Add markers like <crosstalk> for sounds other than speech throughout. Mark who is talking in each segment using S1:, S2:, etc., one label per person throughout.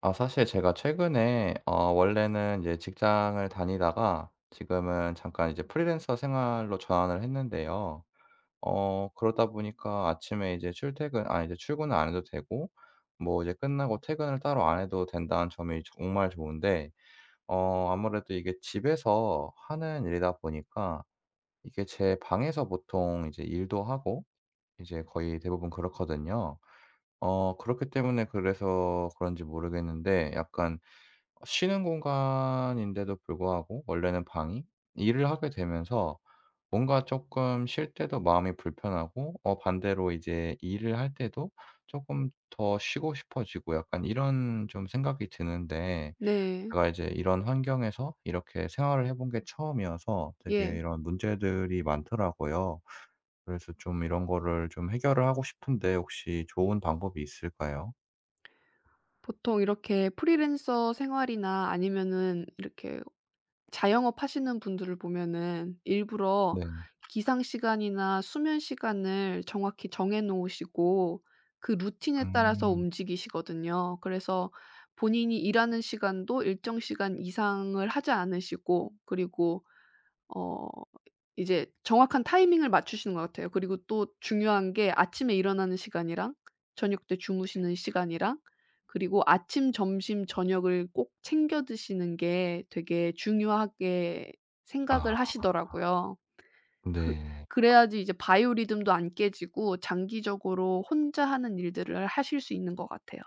S1: 아 사실 제가 최근에 원래는 이제 직장을 다니다가 지금은 잠깐 이제 프리랜서 생활로 전환을 했는데요. 그러다 보니까 아침에 이제 출퇴근, 아 이제 출근을 안 해도 되고 뭐 이제 끝나고 퇴근을 따로 안 해도 된다는 점이 정말 좋은데, 아무래도 이게 집에서 하는 일이다 보니까, 이게 제 방에서 보통 이제 일도 하고 이제 거의 대부분 그렇거든요. 그렇기 때문에 그래서 그런지 모르겠는데, 약간 쉬는 공간인데도 불구하고 원래는 방이 일을 하게 되면서 뭔가 쪼끔 쉴 때도 마음이 불편하고, 반대로 이제 일을 할 때도 쪼끔 더 쉬고 싶어지고, 약간 이런 좀 생각이 드는데,
S2: 네.
S1: 제가 이제 이런 환경에서 이렇게 생활을 해본 게 처음이어서 되게
S2: 예.
S1: 이런 문제들이 많더라고요. 그래서 좀 이런 거를 좀 해결을 하고 싶은데 혹시 좋은 방법이 있을까요?
S2: 보통 이렇게 프리랜서 생활이나 아니면은 이렇게 자영업 하시는 분들을 보면은 일부러
S1: 네.
S2: 기상 시간이나 수면 시간을 정확히 정해 놓으시고 그 루틴에 따라서
S1: 음.
S2: 움직이시거든요. 그래서 본인이 일하는 시간도 일정 시간 이상을 하지 않으시고 그리고 어 이제 정확한 타이밍을 맞추시는 것 같아요. 그리고 또 중요한 게 아침에 일어나는 시간이랑 저녁 때 주무시는 시간이랑 그리고 아침, 점심, 저녁을 꼭 챙겨 드시는 게 되게 중요하게 생각을
S1: 아
S2: 하시더라고요. 그
S1: 네.
S2: 그래야지 이제 바이오 리듬도 안 깨지고 장기적으로 혼자 하는 일들을 하실 수 있는 것 같아요.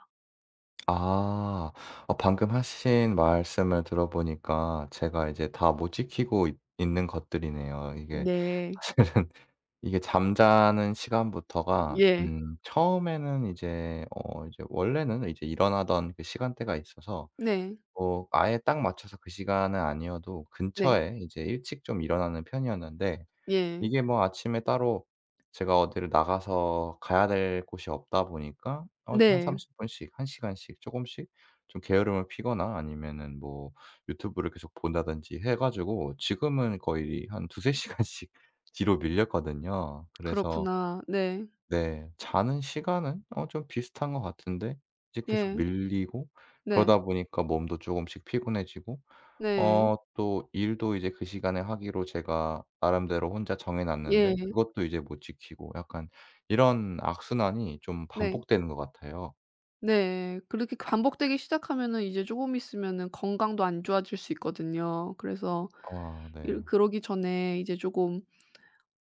S1: 아. 방금 하신 말씀을 들어보니까 제가 이제 다 못 지키고 있는 것들이네요, 이게
S2: 네.
S1: 사실은. <laughs> 이게 잠자는 시간부터가
S2: 예.
S1: 처음에는 이제 이제 원래는 이제 일어나던 그 시간대가 있어서,
S2: 네.
S1: 뭐 아예 딱 맞춰서 그 시간은 아니어도
S2: 네.
S1: 근처에 이제 일찍 좀 일어나는 편이었는데,
S2: 예.
S1: 이게 뭐 아침에 따로 제가 어디를 나가서 가야 될 곳이 없다 보니까 한
S2: 네.
S1: 30 분씩 1 시간씩 조금씩 좀 게으름을 피거나 아니면은 뭐 유튜브를 계속 본다든지 해 가지고 지금은 거의 한 두세 <laughs> 시간씩 뒤로 밀렸거든요. 그래서
S2: 그렇구나. 네.
S1: 네, 자는 시간은 좀 비슷한 것 같은데 이제 계속
S2: 예.
S1: 밀리고,
S2: 네.
S1: 그러다 보니까 몸도 조금씩 피곤해지고
S2: 네.
S1: 또 일도 이제 그 시간에 하기로 제가 나름대로 혼자 정해 놨는데
S2: 예.
S1: 그것도 이제 못 지키고, 약간 이런 악순환이 좀
S2: 네.
S1: 반복되는 것 같아요.
S2: 네. 그렇게 반복되기 시작하면은 이제 조금 있으면은 건강도 안 좋아질 수 있거든요. 그래서
S1: 아
S2: 일
S1: 네.
S2: 그러기 전에 이제 조금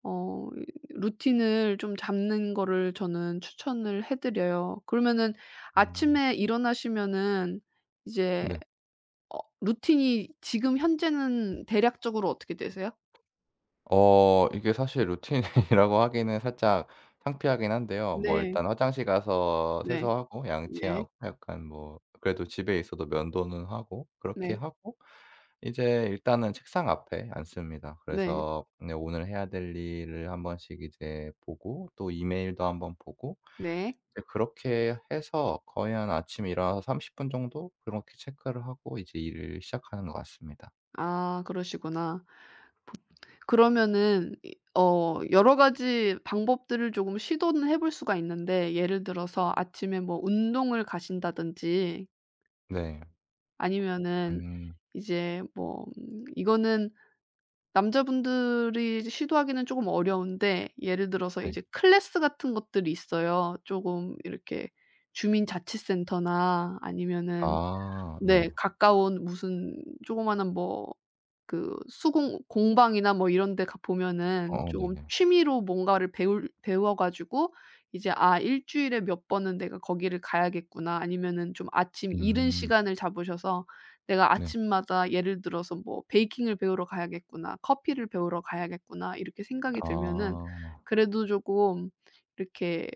S2: 어 이 루틴을 좀 잡는 거를 저는 추천을 해 드려요. 그러면은
S1: 음.
S2: 아침에 일어나시면은 이제
S1: 네.
S2: 루틴이 지금 현재는 대략적으로 어떻게 되세요?
S1: 이게 사실 루틴이라고 <laughs> 하기는 살짝 창피하긴 한데요. 뭐
S2: 네.
S1: 일단 화장실 가서
S2: 네.
S1: 세수하고
S2: 예.
S1: 양치하고, 약간 뭐 그래도 집에 있어도 면도는 하고, 그렇게
S2: 네.
S1: 하고 이제 일단은 책상 앞에 앉습니다.
S2: 네.
S1: 그래서 네, 오늘 해야 될 일을 한 번씩 이제 보고, 또 이메일도 한번 보고,
S2: 네.
S1: 이제 그렇게 해서 거의 한 아침에 일어나서 30분 정도 그렇게 체크를 하고 이제 일을 시작하는 것 같습니다.
S2: 아 그러시구나. 그러면은 이 어 여러 가지 방법들을 조금 시도는 해볼 수가 있는데 예를 들어서 아침에 뭐 운동을 가신다든지
S1: 네.
S2: 아니면은
S1: 음.
S2: 이제 뭐 이거는 남자분들이 시도하기는 조금 어려운데 예를 들어서
S1: 네.
S2: 이제 클래스 같은 것들이 있어요. 조금 이렇게 주민자치센터나 아니면은
S1: 아
S2: 네
S1: 네.
S2: 가까운 무슨 조그마한 뭐 그 수공 공방이나 뭐 이런 데 가 보면은
S1: 어
S2: 조금
S1: 네네.
S2: 취미로 뭔가를 배울 배워 가지고 이제 '아 일주일에 몇 번은 내가 거기를 가야겠구나.' 아니면은 좀 아침 이른
S1: 음.
S2: 시간을 잡으셔서 '내가
S1: 네.
S2: 아침마다 예를 들어서 뭐 베이킹을 배우러 가야겠구나. 커피를 배우러 가야겠구나.' 이렇게 생각이 들면은
S1: 아
S2: 그래도 조금 이렇게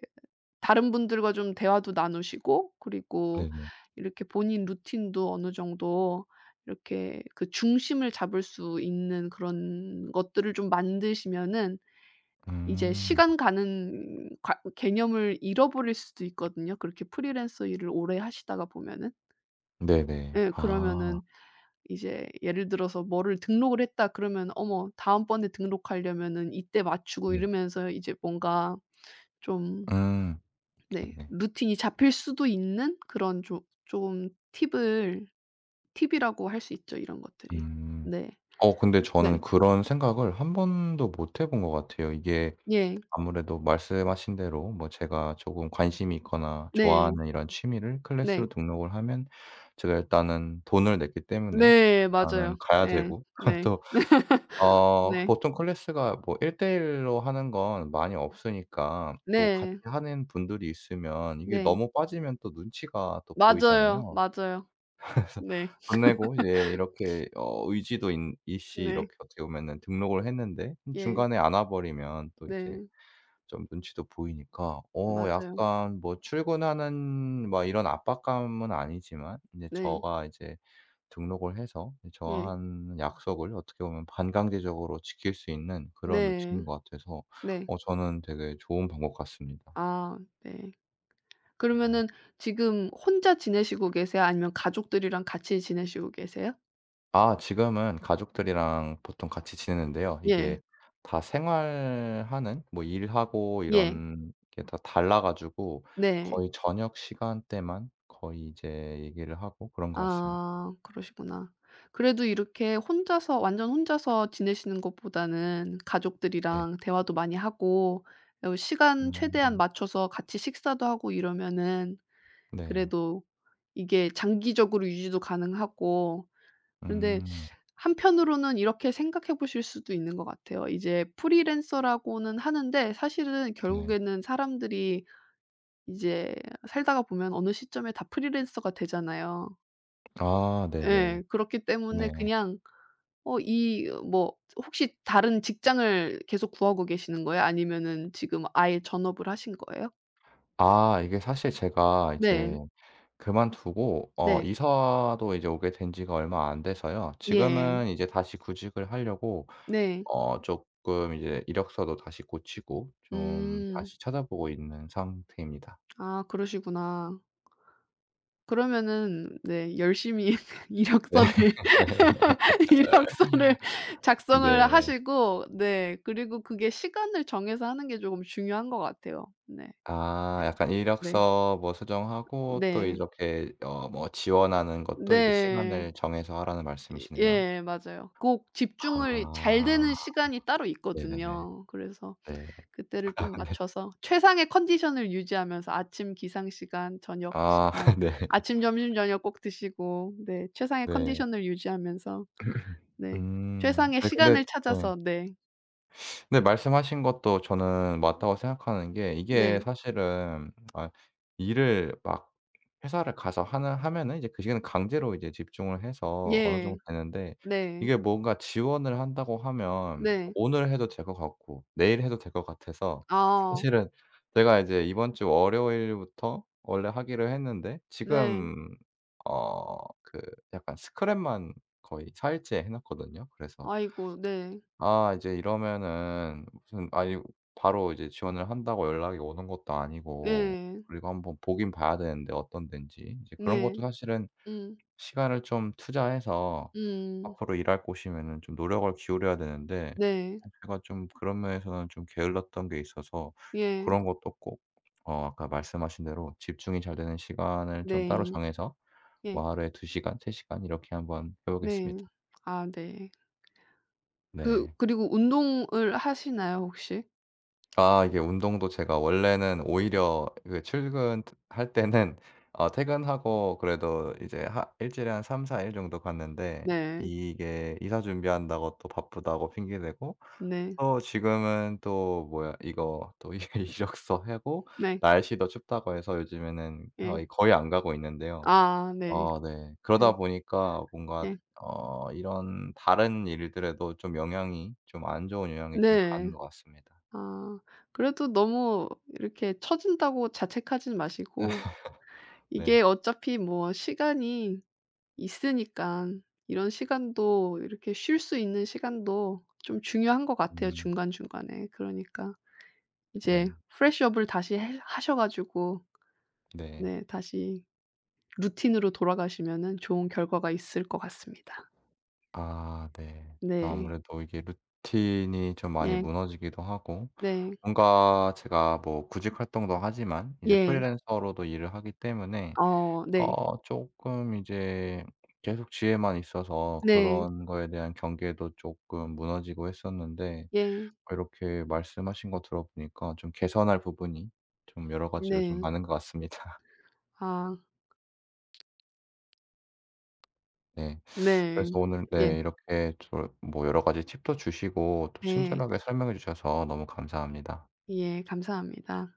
S2: 다른 분들과 좀 대화도 나누시고 그리고
S1: 네네.
S2: 이렇게 본인 루틴도 어느 정도 이렇게 그 중심을 잡을 수 있는 그런 것들을 좀 만드시면은 이제
S1: 음.
S2: 시간 가는 개념을 잃어버릴 수도 있거든요 그렇게 프리랜서 일을 오래 하시다가 보면은.
S1: 네네.
S2: 예
S1: 아
S2: 그러면은 이제 예를 들어서 뭐를 등록을 했다 그러면 어머 다음번에 등록하려면은 이때 맞추고
S1: 네.
S2: 이러면서 이제 뭔가 좀
S1: 음.
S2: 네.
S1: 네네.
S2: 루틴이 잡힐 수도 있는 그런 조 좀 팁을 팁이라고 할 수 있죠, 이런 것들이.
S1: 음.
S2: 네.
S1: 근데
S2: 네.
S1: 저는 그런 생각을 한 번도 못 해본 것 같아요, 이게.
S2: 예.
S1: 아무래도 말씀하신 대로 뭐 제가 조금 관심이 있거나
S2: 네.
S1: 좋아하는 이런 취미를 클래스로
S2: 네.
S1: 등록을 하면, 제가 일단은 돈을 냈기 때문에
S2: 네.
S1: 나는
S2: 맞아요.
S1: 가야
S2: 예.
S1: 되고, <laughs>
S2: 네.
S1: 또
S2: 네.
S1: 보통 클래스가 뭐 일대1로 하는 건 많이 없으니까 또 같이
S2: 네.
S1: 하는 분들이 있으면 이게
S2: 네.
S1: 너무 빠지면 또 눈치가 또
S2: 맞아요.
S1: 보이잖아요.
S2: 맞아요.
S1: <laughs> 그래서
S2: 네.
S1: 돈 내고 이제 이렇게 의지도 있 있이
S2: 네.
S1: 이렇게 어떻게 보면은 등록을 했는데
S2: 예.
S1: 중간에 안 와 버리면 또 이제
S2: 네.
S1: 좀 눈치도 보이니까,
S2: 맞아요.
S1: 약간 뭐 출근하는 막 이런 압박감은 아니지만, 인제
S2: 네.
S1: 저가 이제 등록을 해서
S2: 예.
S1: 저한 약속을 어떻게 보면 반강제적으로 지킬 수 있는 그런
S2: 네.
S1: 루틴인 것 같아서
S2: 네.
S1: 저는 되게 좋은 방법 같습니다.
S2: 아 네.
S1: 음.
S2: 그러면은 지금 혼자 지내시고 계세요? 아니면 가족들이랑 같이 지내시고 계세요?
S1: 아 지금은 가족들이랑 보통 같이 지내는데요.
S2: 예.
S1: 이게 다 생활하는 뭐 일하고
S2: 예.
S1: 이런 게 다 달라 가지고
S2: 네.
S1: 거의 저녁 시간대만 거의 이제 얘기를 하고 그런 것 같습니다.
S2: 아 그러시구나. 그래도 이렇게 혼자서 완전 혼자서 지내시는 것보다는
S1: 네.
S2: 가족들이랑 대화도 많이 하고 어 시간 최대한
S1: 음.
S2: 맞춰서 같이 식사도 하고 이러면은
S1: 네.
S2: 그래도 이게 장기적으로 유지도 가능하고 그런데
S1: 음.
S2: 한편으로는 이렇게 생각해 보실 수도 있는 것 같아요. 이제 프리랜서라고는 하는데 사실은
S1: 네.
S2: 결국에는 사람들이 이제 살다가 보면 어느 시점에 다 프리랜서가 되잖아요.
S1: 아 네네.
S2: 예. 그렇기 때문에
S1: 네.
S2: 그냥 뭐 혹시 다른 직장을 계속 구하고 계시는 거예요? 아니면은 지금 아예 전업을 하신 거예요?
S1: 아 이게 사실 제가
S2: 네.
S1: 이제 그만두고
S2: 네.
S1: 이사도 이제 오게 된 지가 얼마 안 돼서요.
S2: 예.
S1: 지금은 이제 다시 구직을 하려고
S2: 네.
S1: 쪼끔 이제 이력서도 다시 고치고 좀
S2: 음.
S1: 다시 찾아보고 있는 상태입니다.
S2: 아 그러시구나. 그러면은 네 열심히 <laughs> 이력서를 이력서를 작성을
S1: 네.
S2: 하시고 네 그리고 그게 시간을 정해서 하는 게 조금 중요한 것 같아요. 네.
S1: 아 약간
S2: 네.
S1: 이력서 뭐 수정하고, 또
S2: 네.
S1: 이렇게 뭐 지원하는 것도 이제
S2: 네.
S1: 시간을 정해서 하라는
S2: 이
S1: 말씀이시네요.
S2: 예 맞아요. 꼭 집중을 잘 되는
S1: 아
S2: 시간이 따로
S1: 네네네.
S2: 있거든요. 그래서
S1: 네.
S2: 그때를 좀
S1: <laughs>
S2: 맞춰서 최상의 컨디션을 유지하면서 아침 기상 시간, 저녁
S1: 아
S2: 시간,
S1: 네.
S2: 아침, 점심, 저녁 꼭 드시고 네 최상의
S1: 네.
S2: 컨디션을 유지하면서
S1: <laughs>
S2: 네 최상의
S1: 아니 근데,
S2: 시간을
S1: 네.
S2: 찾아서 네.
S1: 근데 말씀하신 것도 저는 맞다고 생각하는 게, 이게
S2: 네.
S1: 사실은 아 일을 막 회사를 가서 하는 하면은 이제 그 시간에 강제로 이제 집중을 해서 어느
S2: 예.
S1: 정도 되는데,
S2: 네.
S1: 이게 뭔가 지원을 한다고 하면
S2: 네.
S1: 오늘 해도 될 것 같고 내일 해도 될 것 같아서,
S2: 아
S1: 사실은 제가 이제 이번 주 월요일부터 원래 하기로 했는데
S2: 네.
S1: 지금 어 그 약간 스크랩만 거의 4 일째 해 놨거든요. 그래서
S2: 아이고 네.
S1: 아 이제 이러면은 무슨, 아니 바로 이제 지원을 한다고 연락이 오는 것도 아니고,
S2: 예.
S1: 그리고 한번 보긴 봐야 되는데 어떤 데인지. 이제 그런
S2: 네.
S1: 것도 사실은
S2: 음.
S1: 시간을 좀 투자해서
S2: 음.
S1: 앞으로 일할 곳이면은 좀 노력을 기울여야 되는데,
S2: 네.
S1: 제가 좀 그런 면에서는 좀 게을렀던 게 있어서,
S2: 예.
S1: 그런 것도 꼭 아까 말씀하신 대로 집중이 잘 되는 시간을 좀 따로
S2: 네.
S1: 정해서
S2: 예.
S1: 뭐 하루에 2 시간, 3 시간 이렇게 한번 해 보겠습니다.
S2: 네. 아 네. 그
S1: 네.
S2: 그리고 운동을 하시나요 혹시?
S1: 아 이게 운동도 제가 원래는 오히려 그 출근할 때는 퇴근하고 그래도 이제 하 일주일에 한 3-4일 정도 갔는데,
S2: 네.
S1: 이게 이사 준비한다고 또 바쁘다고 핑계 대고,
S2: 네.
S1: 또 지금은 또 뭐야 이거, 또 <laughs> 이 이력서 하고
S2: 네.
S1: 날씨도 춥다고 해서 요즘에는
S2: 예.
S1: 거의 거의 안 가고 있는데요.
S2: 아 네.
S1: 어 네.
S2: 네.
S1: 그러다 보니까 뭔가
S2: 예.
S1: 이런 다른 일들에도 좀 영향이, 좀 안 좋은 영향이 좀 가는
S2: 네.
S1: 것 같습니다.
S2: 아 그래도 너무 이렇게 처진다고 자책하진 마시고
S1: 네.
S2: 이게 어차피 뭐 시간이 있으니깐 이런 시간도 이렇게 쉴 수 있는 시간도 좀 중요한 것 같아요
S1: 음.
S2: 중간중간에. 그러니까 이제
S1: 네.
S2: 프레쉬업을 다시 해 하셔 가지고
S1: 네.
S2: 네 다시 루틴으로 돌아가시면은 좋은 결과가 있을 것 같습니다.
S1: 아 네. 또
S2: 네.
S1: 아무래도 이게 루틴이 좀 많이
S2: 예.
S1: 무너지기도 하고,
S2: 네.
S1: 뭔가 제가 뭐 구직 활동도 하지만 이제
S2: 예.
S1: 프리랜서로도 일을 하기 때문에
S2: 어 네.
S1: 조금 이제 계속 집에만 있어서
S2: 네.
S1: 그런 거에 대한 경계도 조금 무너지고 했었는데,
S2: 예.
S1: 이렇게 말씀하신 거 들어보니까 좀 개선할 부분이 좀 여러 가지로 좀
S2: 네.
S1: 많은 것 같습니다.
S2: 아
S1: 네.
S2: 네.
S1: 그래서 오늘
S2: 예.
S1: 네, 이렇게 저 뭐 여러 가지 팁도 주시고 또
S2: 네.
S1: 친절하게 설명해 주셔서 너무 감사합니다.
S2: 예. 감사합니다.